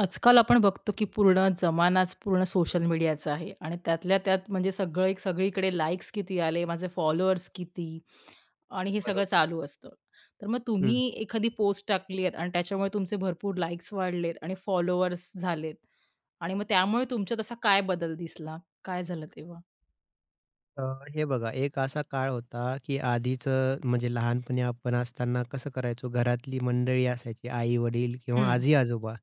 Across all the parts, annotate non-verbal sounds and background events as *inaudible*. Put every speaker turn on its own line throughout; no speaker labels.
आजकाल आपण बघतो, की पूर्ण जमानाच पूर्ण सोशल मीडियाचा आहे आणि त्यातल्या त्यात म्हणजे सगळं एक सगळीकडे लाइक्स किती आले, माझे फॉलोअर्स किती आणि हे सगळं
बरोबर.
चालू असतं. तर मग
हं.
तुम्ही एखादी पोस्ट टाकली आहेत आणि त्याच्यामुळे तुमचे भरपूर लाइक्स वाढलेत आणि फॉलोअर्स झालेत आणि मग त्यामुळे तुमच्यात असा काय बदल दिसला? काय झालं तेव्हा?
अ, हे बघा एक असा काळ होता, की आधीचं म्हणजे लहानपणी आपण असताना कसं करायचो, घरातली मंडळी असायची आई-वडील किंवा
हं,
आजी-आजोबा.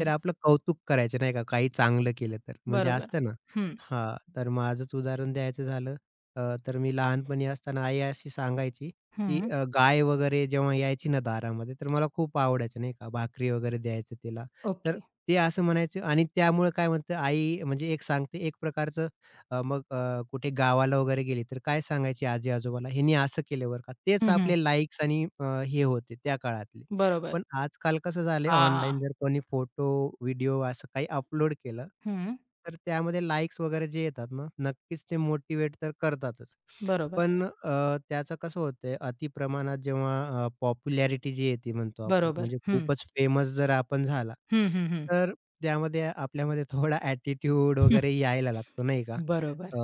तर आपलं कौतुक करायचे नाही का, काही चांगलं केलं तर. म्हणजे
बरोबर.
असतं ना
हं,
हां, तर माझंच उदाहरण द्यायचं झालं अ, तर मी लहानपणी असताना आई अशी सांगायची, की
हं.
गाय वगैरे जेव्हा यायची ना दारामध्ये, तर मला खूप आवडायचं नाही का, भाकरी वगैरे द्यायचं तिला. तर
ओके.
ते असं म्हणायचं आणि त्यामुळे काय म्हणतं आई म्हणजे एक सांगते एक प्रकारचं मग कुठे गावाला वगैरे गेली तर काय सांगायची आजी-आजोबाला, "ह्यानी असं केलं बरं का." तेच
हं, हं.
आपले लाइक्स आणि हे होते त्या काळातले.
बरोबर.
पण आजकाल कसं झालंय
हां.
ऑनलाईन जर कोणी फोटो, व्हिडिओ असं काही अपलोड केलं,
हं.
तर त्यामध्ये लाइक्स वगैरे जे येतात ना, नक्कीच ते मोटिव्हेट तर करतातच.
बरोबर,
पण त्याचं कसं होतंय अति प्रमाणात जेव्हा पॉप्युलॅरिटी जी येते म्हणतो आपण,
बरोबर.
म्हणजे
हं.
खूपच फेमस जर आपण झाला,
हं, हं, हं.
तर त्यामध्ये आपल्यामध्ये थोडा ॲटिट्यूड वगैरे
*laughs*
यायला लागतो नाही का?
बरोबर.
अ,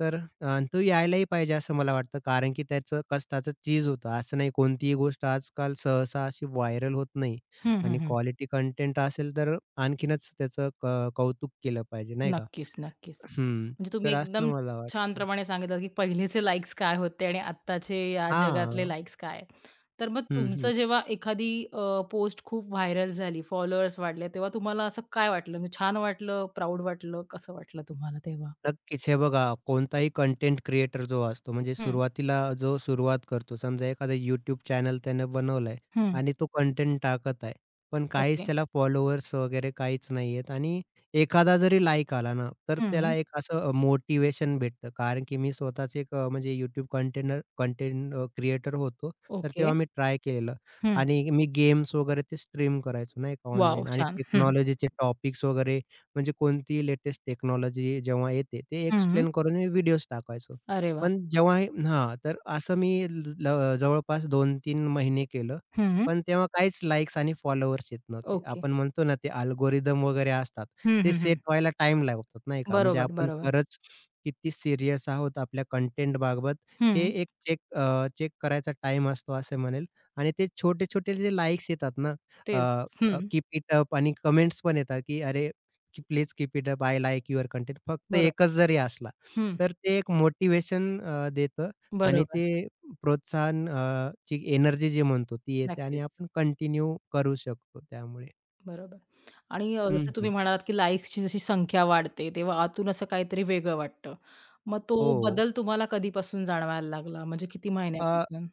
तर तो यायलाही पाहिजे असं मला वाटतं. कारण की त्याचं कष्टाचं चीज होतं. असं नाही कोणतीही गोष्ट आजकाल सहसा अशी व्हायरल होत नाही
हं, हं,
आणि
हं.
क्वालिटी कंटेंट असेल तर आणखीनच त्याचं कौतुक केलं पाहिजे नाही का?
नक्कीच, नक्कीच.
हं.
म्हणजे तुम्ही
तर
एकदम
असं मला
छान
वाटतं.
प्रमाणे सांगितलं, की पहिलेचे लाइक्स काय होते आणि आत्ताचे या जगातले
हां.
लाइक्स काय आहेत. तर मग
हं, हं.
तुमचं जेव्हा एखादी पोस्ट खूप व्हायरल झाली, फॉलोअर्स वाढले, तेव्हा तुम्हाला असं काय वाटलं? म्हणजे छान वाटलं, प्राउड वाटलं, कसं वाटलं तुम्हाला तेव्हा?
नक्कीच. हे बघा, कोणताही कंटेंट क्रिएटर जो असतो, म्हणजे
हं,
सुरुवातीला जो सुरुवात करतो, समजा एखादा YouTube चॅनल त्यानं बनवलाय
हं.
आणि तो कंटेंट टाकत आहे. पण काहीच
ओके.
त्याला फॉलोअर्स वगैरे काहीच नाही आहेत आणि एखादा जरी लाइक आला ना, तर त्याला
हं.
एक असं मोटिवेशन भेटतं. कारण की मी स्वतःच एक म्हणजे YouTube कंटेंट क्रिएटर होतो. तर
ओके.
तेव्हा मी ट्राय केलेलं
हं.
आणि मी गेम्स वगैरे ते स्ट्रीम करायचो नाही का
वॉव!
ऑनलाईन आणि
छान. हं,
टेक्नॉलॉजीचे टॉपिक्स वगैरे म्हणजे कोणतीही लेटेस्ट टेक्नॉलॉजी जेव्हा येते, ते
हं.
एक्सप्लेन करून मी व्हिडिओज टाकायचो.
अरे वाह!
पण जेव्हा हे हां, तर असं मी जवळपास 2-3 महिने केलं.
हं.
पण तेव्हा काहीच लाइक्स आणि फॉलोअर्स येत नव्हते.
ओके.
आपण म्हणतो ना, ते अल्गोरिदम वगैरे असतात.
हं,
ते
हं,
सेट
हं.
व्हायला टाईम लागतात, नाही का? म्हणजे
बरोबर,
आपण
बरोबर.
खरंच किती सीरियस आहोत आपल्या कंटेंटबाबत हे
हं.
एक चेक करायचा टाईम असतो असे म्हणेल. आणि ते छोटे-छोटे जे लाइक्स येतात ना,
तेच.
अ, अ,
हं.
कीप इट अप आणि कमेंट्स पण येतात, की "अरे की please keep it up, I like your content. फक्त
बरोबर.
एकच जरी असला,
हं.
तर ते एक मोटिव्हेशन देतं आणि
बरोबर.
ते प्रोत्साहन ची एनर्जी जी म्हणतो ती येते आणि
नक्कीच.
आपण कंटिन्यू करू शकतो त्यामुळे.
बरोबर आणि
हं,
जसं तुम्ही
हं.
म्हणालात, की लाइक्सची जशी संख्या वाढते, तेव्हा आतून असं काहीतरी वेगळं वाटतं. मग तो
हो.
बदल तुम्हाला कधीपासून जाणवायला लागला? म्हणजे किती
अ
महिन्यापासून?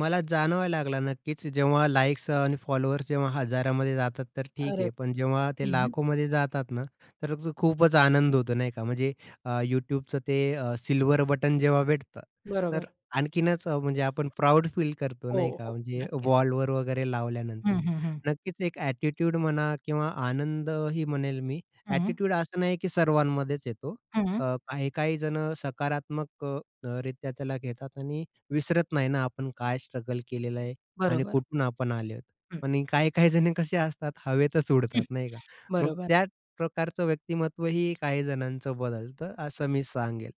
मला जाणवायला लागला नक्कीच, जेव्हा लाइक्स आणि फॉलोअर्स जेव्हा हजारामध्ये जातात तर ठीक
अरे
आहे. पण जेव्हा ते
हं, हं.
लाखोमध्ये जातात ना, तर तो खूपच आनंद होतो नाही का. म्हणजे YouTubeचं ते सिल्व्हर बटन जेव्हा भेटतं, तर
बरोबर.
आणखीनच म्हणजे आपण प्राउड फील करतो
हो,
नाही का.
हो.
म्हणजे
नक्कीच.
वॉलवर वगैरे लावल्यानंतर.
हं, हं, हं.
नक्कीच एक ॲटिट्यूड म्हणा किंवा आनंदही म्हणेल मी. ॲटिट्यूड असं नाही की सर्वांमध्येच येतो.
हं, हं.
काही-काही जण सकारात्मक रित्या त्याला घेतात आणि विसरत नाही ना आपण काय स्ट्रगल केलेलं आहे आणि
बरोबर.
कुठून आपण आले आहोत.
हं,
आणि काही-काही जण कसे असतात हवेतच
हं.
उडतात नाही का? मग
बरोबर.
त्या प्रकारचं व्यक्तिमत्वही काही जणांचं बदलतं असं मी सांगेल.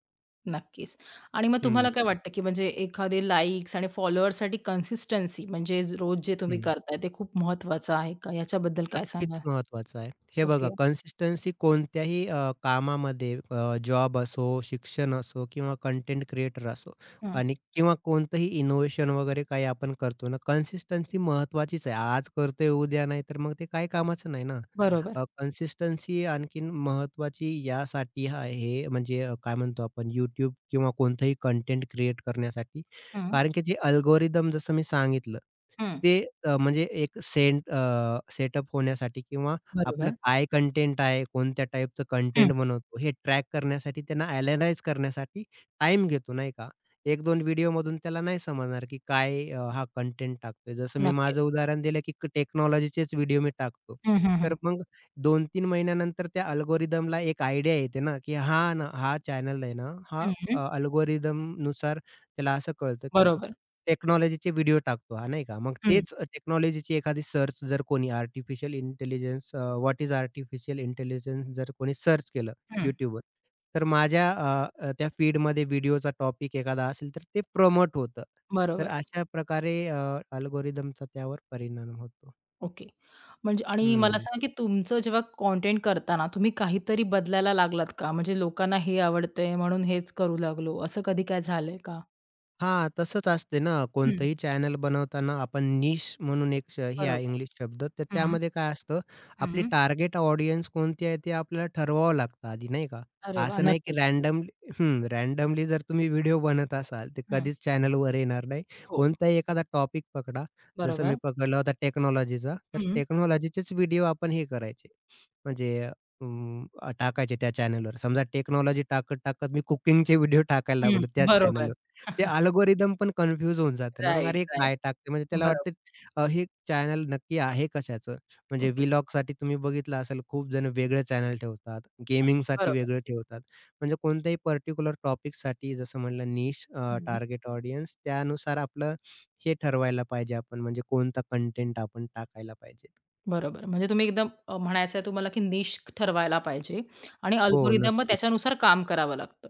नक्कीच. आणि मग
हं,
तुम्हाला काय वाटतं, की म्हणजे एखादे लाइक्स आणि फॉलोअर्ससाठी कन्सिस्टन्सी म्हणजे रोज जे तुम्ही
हं.
करताय, ते खूप महत्वाचं आहे का? याच्याबद्दल काय
नक्कीच
सांगाल?
महत्वाचं आहे. हे
ओके.
बघा कन्सिस्टन्सी कोणत्याही कामामध्ये जॉब असो, शिक्षण असो किंवा कंटेंट क्रिएटर असो
हं.
आणि किंवा कोणतंही इनोव्हेशन वगैरे काही आपण करतो ना, कन्सिस्टन्सी महत्त्वाचीच आहे. आज करतोय उद्या नाही तर मग ते काही कामाचं नाही ना.
बरोबर.
कन्सिस्टन्सी आणखीन महत्त्वाची यासाठी आहे म्हणजे काय म्हणतो आपण YouTube किंवा कोणतंही कंटेंट क्रिएट करण्यासाठी
हं,
कारण की जे अल्गोरिदम जसं मी सांगितलं,
हं.
ते म्हणजे एक सेटअप होण्यासाठी किंवा आपलं
बरोबर.
काय कंटेंट आहे, कोणत्या टाइपचं
हं,
कंटेंट बनवतो हे ट्रॅक करण्यासाठी, त्यांना अॅनलाईज करण्यासाठी टाईम घेतो, नाही का? 1-2 व्हिडिओमधून त्याला नाही समजणार की काय हा कंटेंट टाकतोय. जसं मी माझं
नक्कीच.
उदाहरण दिलं की टेक्नॉलॉजीचेच व्हिडिओ मी टाकतो.
हं, हं, हं.
तर मग 2-3 महिन्यानंतर त्या अल्गोरिदमला एक आयडिया येते ना, की हा ना, हा चॅनल आहे ना, हा
हं,
अल्गोरिदमनुसार त्याला असं कळतं, की
बरोबर.
टेक्नॉलॉजीचे व्हिडिओ टाकतो हा, नाही का? मग
हं,
तेच टेक्नॉलॉजीची एखादी सर्च जर कोणी artificial intelligence what is artificial intelligence जर कोणी सर्च केलं
हं.
YouTubeवर, तर माझ्या अ, अ, त्या फीडमध्ये व्हिडिओचा टॉपिक एखादा असेल, तर ते प्रमोट होतं. तर
बरोबर.
अशा प्रकारे अल्गोरिदमचा त्यावर परिणाम होतो.
ओके. म्हणजे आणि मला
हं.
सांगा, की तुमचं जेव्हा कंटेंट करताना तुम्ही काहीतरी बदलायला लागलात का? म्हणजे लोकांना हे आवडतंय म्हणून हेच करू लागलो, असं कधी काय झालंय का?
हां, तसंच असते ना,
हं,
कोणतंही चॅनल बनवताना आपण निश म्हणून एक हे आहे
बरोबर.
इंग्लिश शब्द, तर
हं,
त्यामध्ये काय असतं, आपली
हं.
टार्गेट ऑडियन्स कोणती आहे, ते आपल्याला ठरवावं लागतं आधी, नाही का?
अरे वाह!
असं नाही की
नक्कीच.
रँडमली हं, रँडमली जर तुम्ही व्हिडिओ बनत असाल, ते
हं.
कधीच चॅनलवर येणार नाही.
हो,
कोणताही एखादा टॉपिक पकडा, जसं मी
बरोबर.
पकडला होता टेक्नॉलॉजीचा, तर
हं,
टेक्नॉलॉजीचेच व्हिडिओ आपण हे करायचे. म्हणजे टाकायचे त्या चॅनलवर. समजा टेक्नॉलॉजी टाकत-टाकत मी कुकिंगचे व्हिडिओ टाकायला
हं.
लागलो त्याच
बरोबर.
चॅनलवर. ते
*laughs*
अल्गोरिदम पण कन्फ्यूज होऊन जातं ना, मग
राइट,
अरे
राइट.
काय टाकते? म्हणजे त्याला
बरोबर.
वाटतं हे चॅनल नक्की आहे कशाचं? म्हणजे
ओके.
व्लॉगसाठी तुम्ही बघितलं असेल खूप जण वेगळं चॅनल ठेवतात, गेमिंगसाठी
बरोबर.
वेगळं ठेवतात. म्हणजे कोणत्याही पर्टिक्युलर टॉपिकसाठी जसं म्हणलं निश
हं.
टार्गेट ऑडियन्स त्यानुसार आपलं हे ठरवायला पाहिजे आपण म्हणजे कोणता कंटेंट आपण टाकायला पाहिजे.
बरोबर. म्हणजे तुम्ही एकदम म्हणायचं आहे तुम्हाला की निश ठरवायला पाहिजे आणि
हो,
अल्गोरिदम मग
नक्कीच.
त्याच्यानुसार काम करावं लागतं.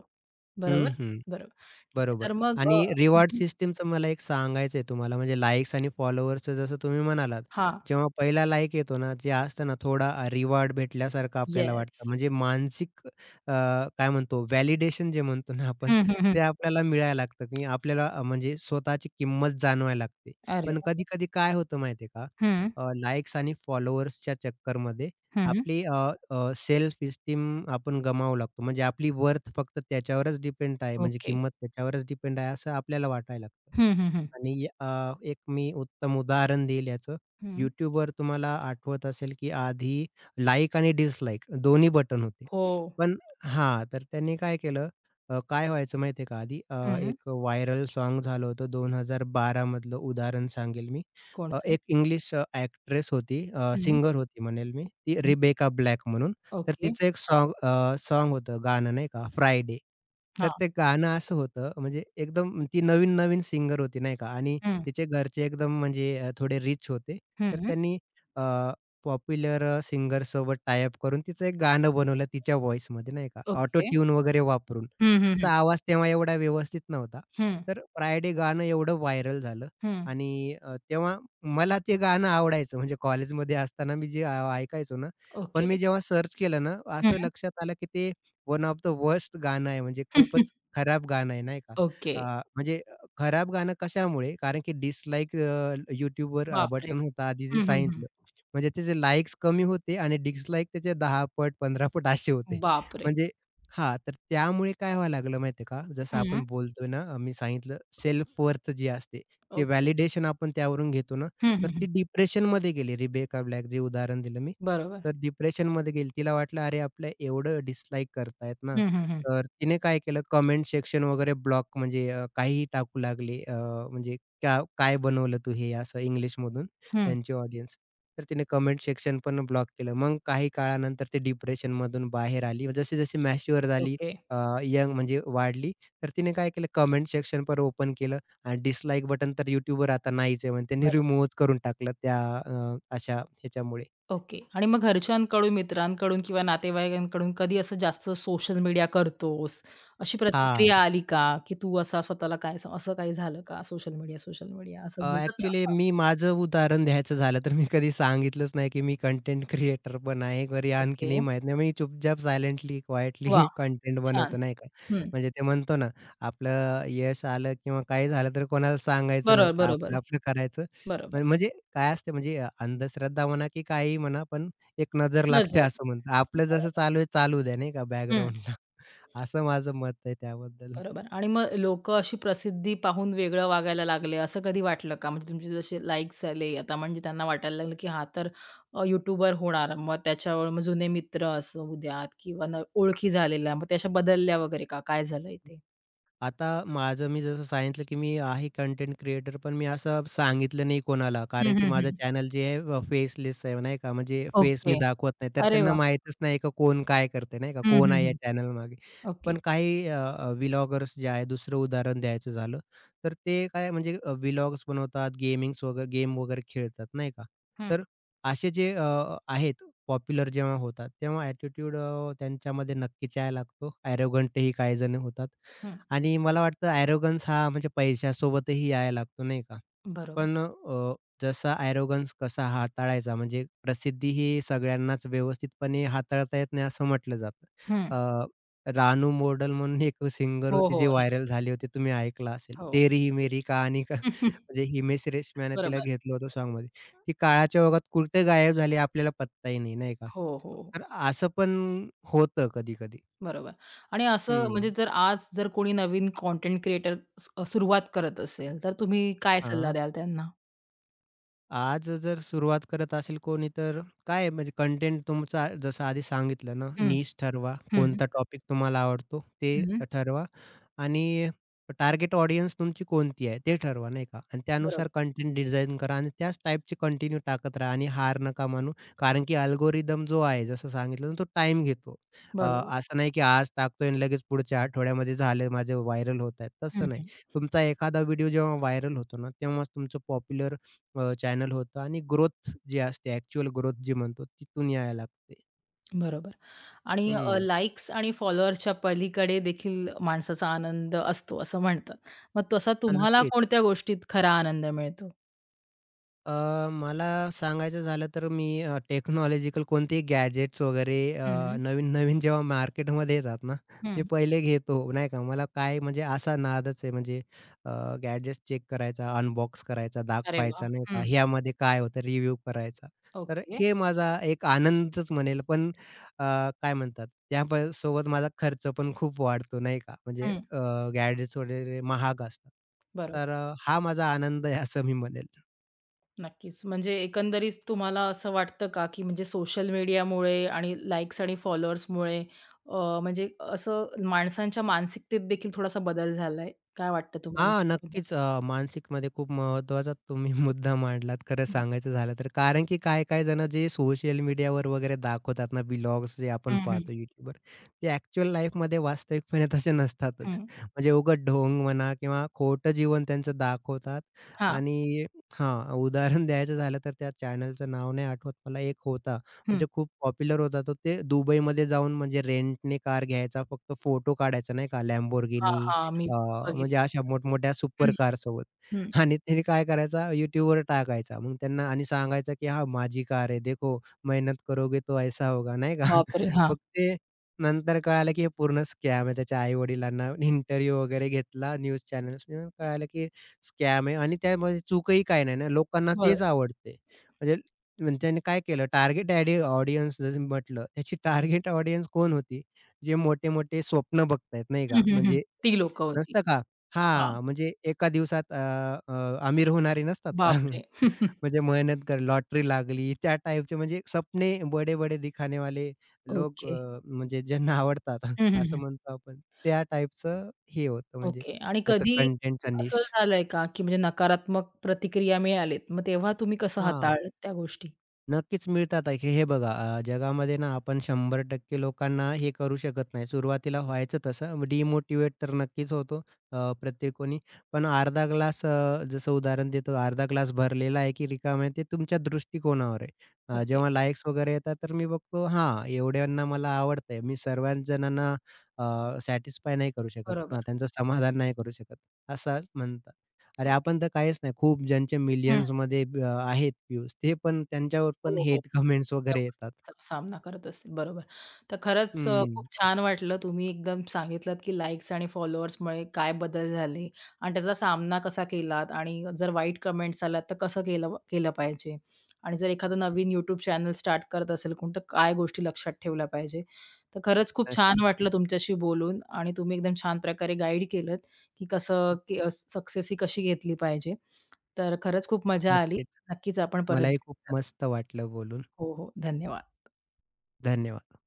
बरोबर?
हं, हं.
बरोबर. ठीक आहे.
बरोबर
तर मग
आणि
हं,
रिवॉर्ड
हं.
सिस्टमचं मला एक सांगायचं आहे तुम्हाला, म्हणजे लाइक्स आणि फॉलोअर्सचं जसं तुम्ही म्हणालात. जेव्हा पहिला लाइक येतो ना, जे असतं ना थोडा रिवॉर्ड भेटल्यासारखं आपल्याला वाटतं.
येस.
म्हणजे मानसिक काय म्हणतो व्हॅलिडेशन जे म्हणतो ना आपण,
हं, हं, हं.
ते आपल्याला मिळायला लागतं की आपल्याला म्हणजे स्वतःची किंमत जाणवायला लागते.
अरे
पण
वाह!
कधी-कधी काय होतं माहिती का?
हं,
अ, आणि फॉलोअर्सच्या चक्करमध्ये
हं.
आपली अ, अ, सेल्फ इस्टीम आपण गमावू लागतो. म्हणजे आपली वर्थ फक्त त्याच्यावरच डिपेंड आहे. म्हणजे
ओके.
किंमत त्याच्यावरच डिपेंड आहे असं आपल्याला वाटायला लागतं.
हं, हं, हं.
आणि एक मी उत्तम उदाहरण देईल याचं.
हं.
YouTubeवर तुम्हाला आठवत असेल, की आधी लाइक आणि डिसलाइक दोन्ही बटन होते.
हो.
पण हां, तर त्यांनी काय केलं काय व्हायचं माहिती आहे का आधी
हं.
एक व्हायरल साँग झालं होतं 2012 मधलं उदाहरण सांगेल मी.
कोणतं?
एक इंग्लिश एक्ट्रेस होती,
हं, हं.
सिंगर होती म्हणेल मी, ती रिबेका ब्लॅक म्हणून. तर
ओके.
तिचं एक सॉन्ग होतं गाणं नाही का फ्रायडे. तर
हां.
ते गाणं असं होतं म्हणजे एकदम ती नवीन-नवीन सिंगर होती नाही का आणि
हं,
तिचे घरचे एकदम म्हणजे थोडे रिच होते. तर
हं.
त्यांनी अ, पॉप्युलर सिंगरसोबत टाय अप करून तिचं एक गाणं बनवलं तिच्या व्हॉईसमध्ये नाही का ऑटो
ओके.
ट्यून वगैरे वापरून.
हं, हं, हं.
तिचा आवाज तेव्हा एवढा व्यवस्थित नव्हता.
हं,
तर फ्रायडे गाणं एवढं व्हायरल झालं
हं.
आणि तेव्हा मला ते गाणं आवडायचं म्हणजे कॉलेजमध्ये असताना मी जे ऐकायचो ना, पण
ओके.
मी जेव्हा सर्च केलं ना,
हं.
असं लक्षात आलं की ते वन ऑफ द वर्स्ट गाणं आहे, म्हणजे खूपच
*laughs*
खराब गाणं आहे, नाही का?
ओके.
अ, म्हणजे खराब गाणं कशामुळे? कारण की डिसलाइक
बापरे!
बटन होता आधी जे
हं, हं, हं.
सांगितलं. म्हणजे त्याचे लाइक्स कमी होते आणि डिसलाइक त्याचे 10 पट, 15 पट असे होते.
बापरे!
म्हणजे हां, तर त्यामुळे काय व्हायला लागलं माहिती का? जसं
हं.
आपण बोलतोय ना, मी सांगितलं सेल्फ वर्थ जी असते, ते
ओके.
व्हॅलिडेशन आपण त्यावरून घेतो ना,
हं, हं,
तर
हं.
ती डिप्रेशनमध्ये गेली. रिबेका ब्लॅक जे उदाहरण दिलं मी.
बरोबर.
तर डिप्रेशनमध्ये गेली. तिला वाटलं, "अरे, आपलं एवढं डिसलाइक करतायत ना."
हं, हं, हं.
तर तिने काय केलं, कमेंट सेक्शन वगैरे ब्लॉक म्हणजे काहीही टाकू लागली. म्हणजे "क्या काय बनवलं तू हे?" असं इंग्लिशमधून
हं.
त्यांची ऑडियन्स. तर तिने कमेंट सेक्शन पण ब्लॉक केलं. मग काही काळानंतर ती डिप्रेशनमधून बाहेर आली. जशी-जशी मॅच्युअर झाली,
ओके.
यंग म्हणजे वाढली, तर तिने काय केलं, कमेंट सेक्शन पण ओपन केलं आणि डिसलाइक बटन तर YouTubeवर आता नाहीच आहे. म्हणजे त्यांनी
बरं.
रिमूव्हच करून टाकलं त्या अशा ह्याच्यामुळे.
ओके. आणि मग घरच्यांकडून, मित्रांकडून किंवा नातेवाईकांकडून कधी असं जास्त सोशल मीडिया करतोस, अशी
हां.
प्रतिक्रिया आली का? की तू असा स्वतःला काय असं काही झालं का? सोशल मीडिया, सोशल मीडिया असं
अ,
बोलतात ना.
मी माझं उदाहरण द्यायचं झालं तर मी कधी सांगितलंच नाही, की मी कंटेंट क्रिएटर पण आहे घरी
ओके.
आणखीनही माहीत नाही. मी चुपचाप सायलेंटली, क्वाइटली
वाह!
कंटेंट *laughs*
छान.
बनवतो नाही का.
हं.
म्हणजे ते म्हणतो ना, आपलं यश आलं किंवा काही झालं तर कोणाला सांगायचं
बरोबर,
नसतं. आपलं
बरोबर,
आपलं करायचं.
बरोबर.
पण म्हणजे काय असते म्हणजे अंधश्रद्धा म्हणा की काहीही म्हणा, पण एक नजर लागते
नजर.
असं म्हणतात. आपलं जसं
बरोबर.
चालू आहे, चालू द्या नाही का बॅकग्राऊंडला. असं माझं मत आहे त्याबद्दल.
बरोबर आणि मग लोकं अशी प्रसिद्धी पाहून वेगळं वागायला लागले, असं कधी वाटलं का? म्हणजे तुमचे जसे लाइक्स आले, आता म्हणजे त्यांना वाटायला लागलं, की हा तर यूट्यूबर होणार. मग त्याच्यावर मग जुने मित्र असू द्यात किंवा न ओळखी झालेल्या, मग त्या अशा बदलल्या वगैरे का? काय झालं इथे?
आता माझं मी जसं सांगितलं, की मी आहे कंटेंट क्रिएटर, पण मी असं सांगितलं नाही कोणाला.
हं,
कारण की
हं,
माझं
हं.
चॅनल जे आहे फेसलेस आहे नाही का, म्हणजे फेस मी
ओके.
दाखवत नाही. तर
अरे
त्यांना
वाह!
माहीतच नाही का कोण काय करतंय नाही का,
हं,
कोण
हं,
आहे या
हं.
चॅनलमागे.
ओके.
पण काही अ, अ, व्लॉगर्स जे आहे, दुसरं उदाहरण द्यायचं झालं, तर ते काय म्हणजे बनवतात, गेमिंग्स वगैरे गेम वगैरे खेळतात नाही का.
हं,
तर असे जे आहेत पॉप्युलर जेव्हा होतात, तेव्हा ॲटिट्यूड त्यांच्यामध्ये नक्कीच यायला लागतो. ॲरोगंटही काही जण होतात.
हं.
आणि मला वाटतं ॲरोगन्स हा म्हणजे पैशासोबतही यायला लागतो नाही का?
बरोबर.
पण जसा ॲरोगन्स कसा हाताळायचा म्हणजे प्रसिद्धी ही सगळ्यांनाच व्यवस्थितपणे हाताळता येत नाही असं म्हटलं जातं.
हं.
अ, रानू मॉडल म्हणून एक सिंगर
हो,
होती
हो.
जी
न
व्हायरल झाली होती तुम्ही ऐकलं असेल.
हो.
तेरी मेरी कहाणी का म्हणजे
*laughs*
हिमेश रेशमियाने तिला
बरोबर.
घेतलं होतं सॉन्गमध्ये. ती काळाच्या ओघात कुठे गायब झाली आपल्याला पत्ताही नाही, नाही का?
हो, हो.
तर असं पण होतं कधी-कधी.
बरोबर. आणि असं म्हणजे
हं.
जर आज जर कोणी नवीन कंटेंट क्रिएटर सुरुवात करत असेल, तर तुम्ही काय सल्ला
हां.
द्याल त्यांना?
आज जर सुरुवात करत असेल कोणी तर काय आहे म्हणजे कंटेंट तुमचा जसं आधी सांगितलं ना,
हं,
नीश ठरवा.
हं,
कोणता टॉपिक तुम्हाला आवडतो ते
हं.
ठरवा आणि टार्गेट ऑडियन्स तुमची कोणती आहे ते ठरवा नाही का आणि
बरोबर,
त्यानुसार कंटेंट डिझाइन करा आणि त्याच टाईपचे कंटिन्यू टाकत राहा आणि हार नका मानू. कारण की अल्गोरिदम जो आहे जसं सांगितलं ना, तो टाईम घेतो. अ,
बरोबर.
असं नाही की आज टाकतोय आणि लगेच पुढच्या आठवड्यामध्ये झालं माझे व्हायरल होत आहेत,
हं,
तसं नाही.
हं.
तुमचा एखादा व्हिडिओ जेव्हा व्हायरल होतो ना, तेव्हाच तुमचं पॉप्युलर चॅनल होतं आणि ग्रोथ जी असते, ॲक्चुअल ग्रोथ जी म्हणतो, तिथून यायला लागते.
बरोबर. आणि
हं.
लाइक्स आणि फॉलोअर्सच्या पलीकडे देखील माणसाचा आनंद असतो असं म्हणतात. मग तसा
हां,
तुम्हाला
नक्कीच.
कोणत्या गोष्टीत खरा आनंद मिळतो?
अ, मला सांगायचं झालं तर मी टेक्नॉलॉजिकल कोणतेही गॅजेट्स वगैरे
हं,
नवीन-नवीन जेव्हा मार्केटमध्ये येतात ना, मी
हं.
पहिले घेतो, नाही का. मला काय म्हणजे असा नादच आहे म्हणजे गॅजेट्स चेक करायचा, अनबॉक्स करायचा,
अरे वाह!
दाखवायचा, नाही का.
हं.
ह्यामध्ये काय होतं रिव्ह्यू करायचा. तर
ओके.
हे माझा एक आनंदच म्हणेल. पण अ, काय म्हणतात त्याप सोबत माझा खर्च पण खूप वाढतो, नाही का. म्हणजे
हं.
गॅजेट्स वगैरे महाग असतात.
बरोबर.
तर हा माझा आनंद आहे असं मी म्हणेल.
नक्कीच. म्हणजे एकंदरीत तुम्हाला असं वाटतं का, की म्हणजे सोशल मीडियामुळे आणि लाइक्स आणि फॉलोअर्समुळे म्हणजे असं माणसांच्या मानसिकतेत देखील थोडासा बदल झालाय? काय वाटतं तुम्हाला?
हां, नक्कीच. मानसिकमध्ये खूप महत्त्वाचा तुम्ही *laughs* मुद्दा मांडलात खरं सांगायचं झालं तर. कारण की काही-काही जण जे सोशल मीडियावर वगैरे दाखवतात ना व्लॉग्स जे आपण
हं, हं, हं,
पाहतो YouTubeवर, ते ॲक्चुअल लाईफमध्ये वास्तविकपणे तसे नसतातच.
हं.
म्हणजे उगाच ढोंग म्हणा किंवा खोटं जीवन त्यांचं दाखवतात
हां,
आणि हां, उदाहरण द्यायचं झालं तर त्या चॅनलचं नाव नाही आठवत मला. एक होता
हं.
म्हणजे खूप पॉप्युलर होता तो. ते दुबईमध्ये जाऊन म्हणजे रेंटने कार घ्यायचा, फक्त फोटो काढायचा नाही का
हां,
Lamborghini
हां. मी
अ, म्हणजे
बघितलेलं.
अशा मोठमोठ्या सुपर
हं,
कारसोबत
हं.
आणि त्यांनी काय करायचा YouTubeवर टाकायचा. मग त्यांना आणि सांगायचं, की "हां, माझी कार है, देखो मेहनत करोगे तो ऐसा होगा." नाही का?
बापरे!
*laughs*
हां,
मग ते नंतर कळालं, की हे पूर्ण स्कॅम आहे. त्याच्या आई-वडिलांना इंटरव्ह्यू वगैरे घेतला न्यूज चॅनल्सनी. कळालं, की स्कॅम आहे आणि त्यामध्ये चूकही काही नाही ना. लोकांना
बरोबर.
तेच आवडते. म्हणजे म्हणजे त्यांनी काय केलं टार्गेट ऑडियन्स जसं म्हटलं, त्याची टार्गेट ऑडियन्स कोण होती? जे मोठे-मोठे स्वप्न बघतायत नाही
हं,
का?
हं, हं.
म्हणजे
ती लोकं होती.
नसतं का?
हां,
हां, म्हणजे एका दिवसात अ, अ, अमीर होणारे नसतात का?
बापरे!
*laughs*
*laughs*
म्हणजे मेहनत कर लॉटरी लागली त्या टाइपचे म्हणजे सपने बडे-बडे दिखाने वाले लोक
ओके.
म्हणजे ज्यांना आवडतात *laughs* असं म्हणतो आपण. त्या टाइपचं हे होतं म्हणजे
ओके. आणि
त्याचं
कधी
कंटेंटचा निश.
असं झालंय का, की म्हणजे नकारात्मक प्रतिक्रिया मिळालीत, मग तेव्हा तुम्ही कसं
हां.
हाताळलं त्या गोष्टी?
नक्कीच मिळतात आहे, की हे बघा जगामध्ये ना आपण 100% लोकांना हे करू शकत नाही. सुरुवातीला व्हायचं तसं डिमोटिव्हेट तर नक्कीच होतो प्रत्येक कोणी. पण अर्धा ग्लास जसं उदाहरण देतो, अर्धा ग्लास भरलेला आहे की रिकामा आहे ते तुमच्या दृष्टिकोनावर आहे.
ओके.
जेव्हा लाइक्स वगैरे येतात तर मी बघतो हां, एवढ्यांना मला आवडतंय. मी सर्वाच जणांना सॅटिस्फाय नाही करू शकत ना,
बरोबर.
त्यांचं समाधान नाही करू शकत, असं म्हणतात. अरे,
ओके.
आपण तर काहीच नाही. खूप ज्यांचे
हं.
मिलियन्समध्ये आहेत व्ह्यूज ते पण त्यांच्यावर पण
हो, हो.
हेट *laughs* कमेंट्स
त्या
वगैरे येतात.
गोष्टींचा सामना करत असतील. बरोबर. तर खरंच
हं,
खूप छान वाटलं. तुम्ही एकदम सांगितलात, की लाइक्स आणि फॉलोअर्समुळे काय बदल झाले आणि त्याचा सामना कसा केलात आणि जर वाईट कमेंट्स आल्या तर कसं केलं केलं पाहिजे आणि जर एखादं नवीन YouTube चॅनल स्टार्ट करत असेल कोण, काय गोष्टी लक्षात ठेवल्या पाहिजे. तर खरंच खूप छान
नक्कीच,
वाटलं तुमच्याशी बोलून आणि तुम्ही एकदम छान प्रकारे गाईड केलंत, की कसं सक्सेस ही कशी घेतली पाहिजे. तर खरंच खूप मजा आली.
नक्कीच.
नक्कीच आपण परत
मलाही खूप
भेटूयात.
मस्त वाटलं बोलून.
हो, हो. धन्यवाद.
धन्यवाद.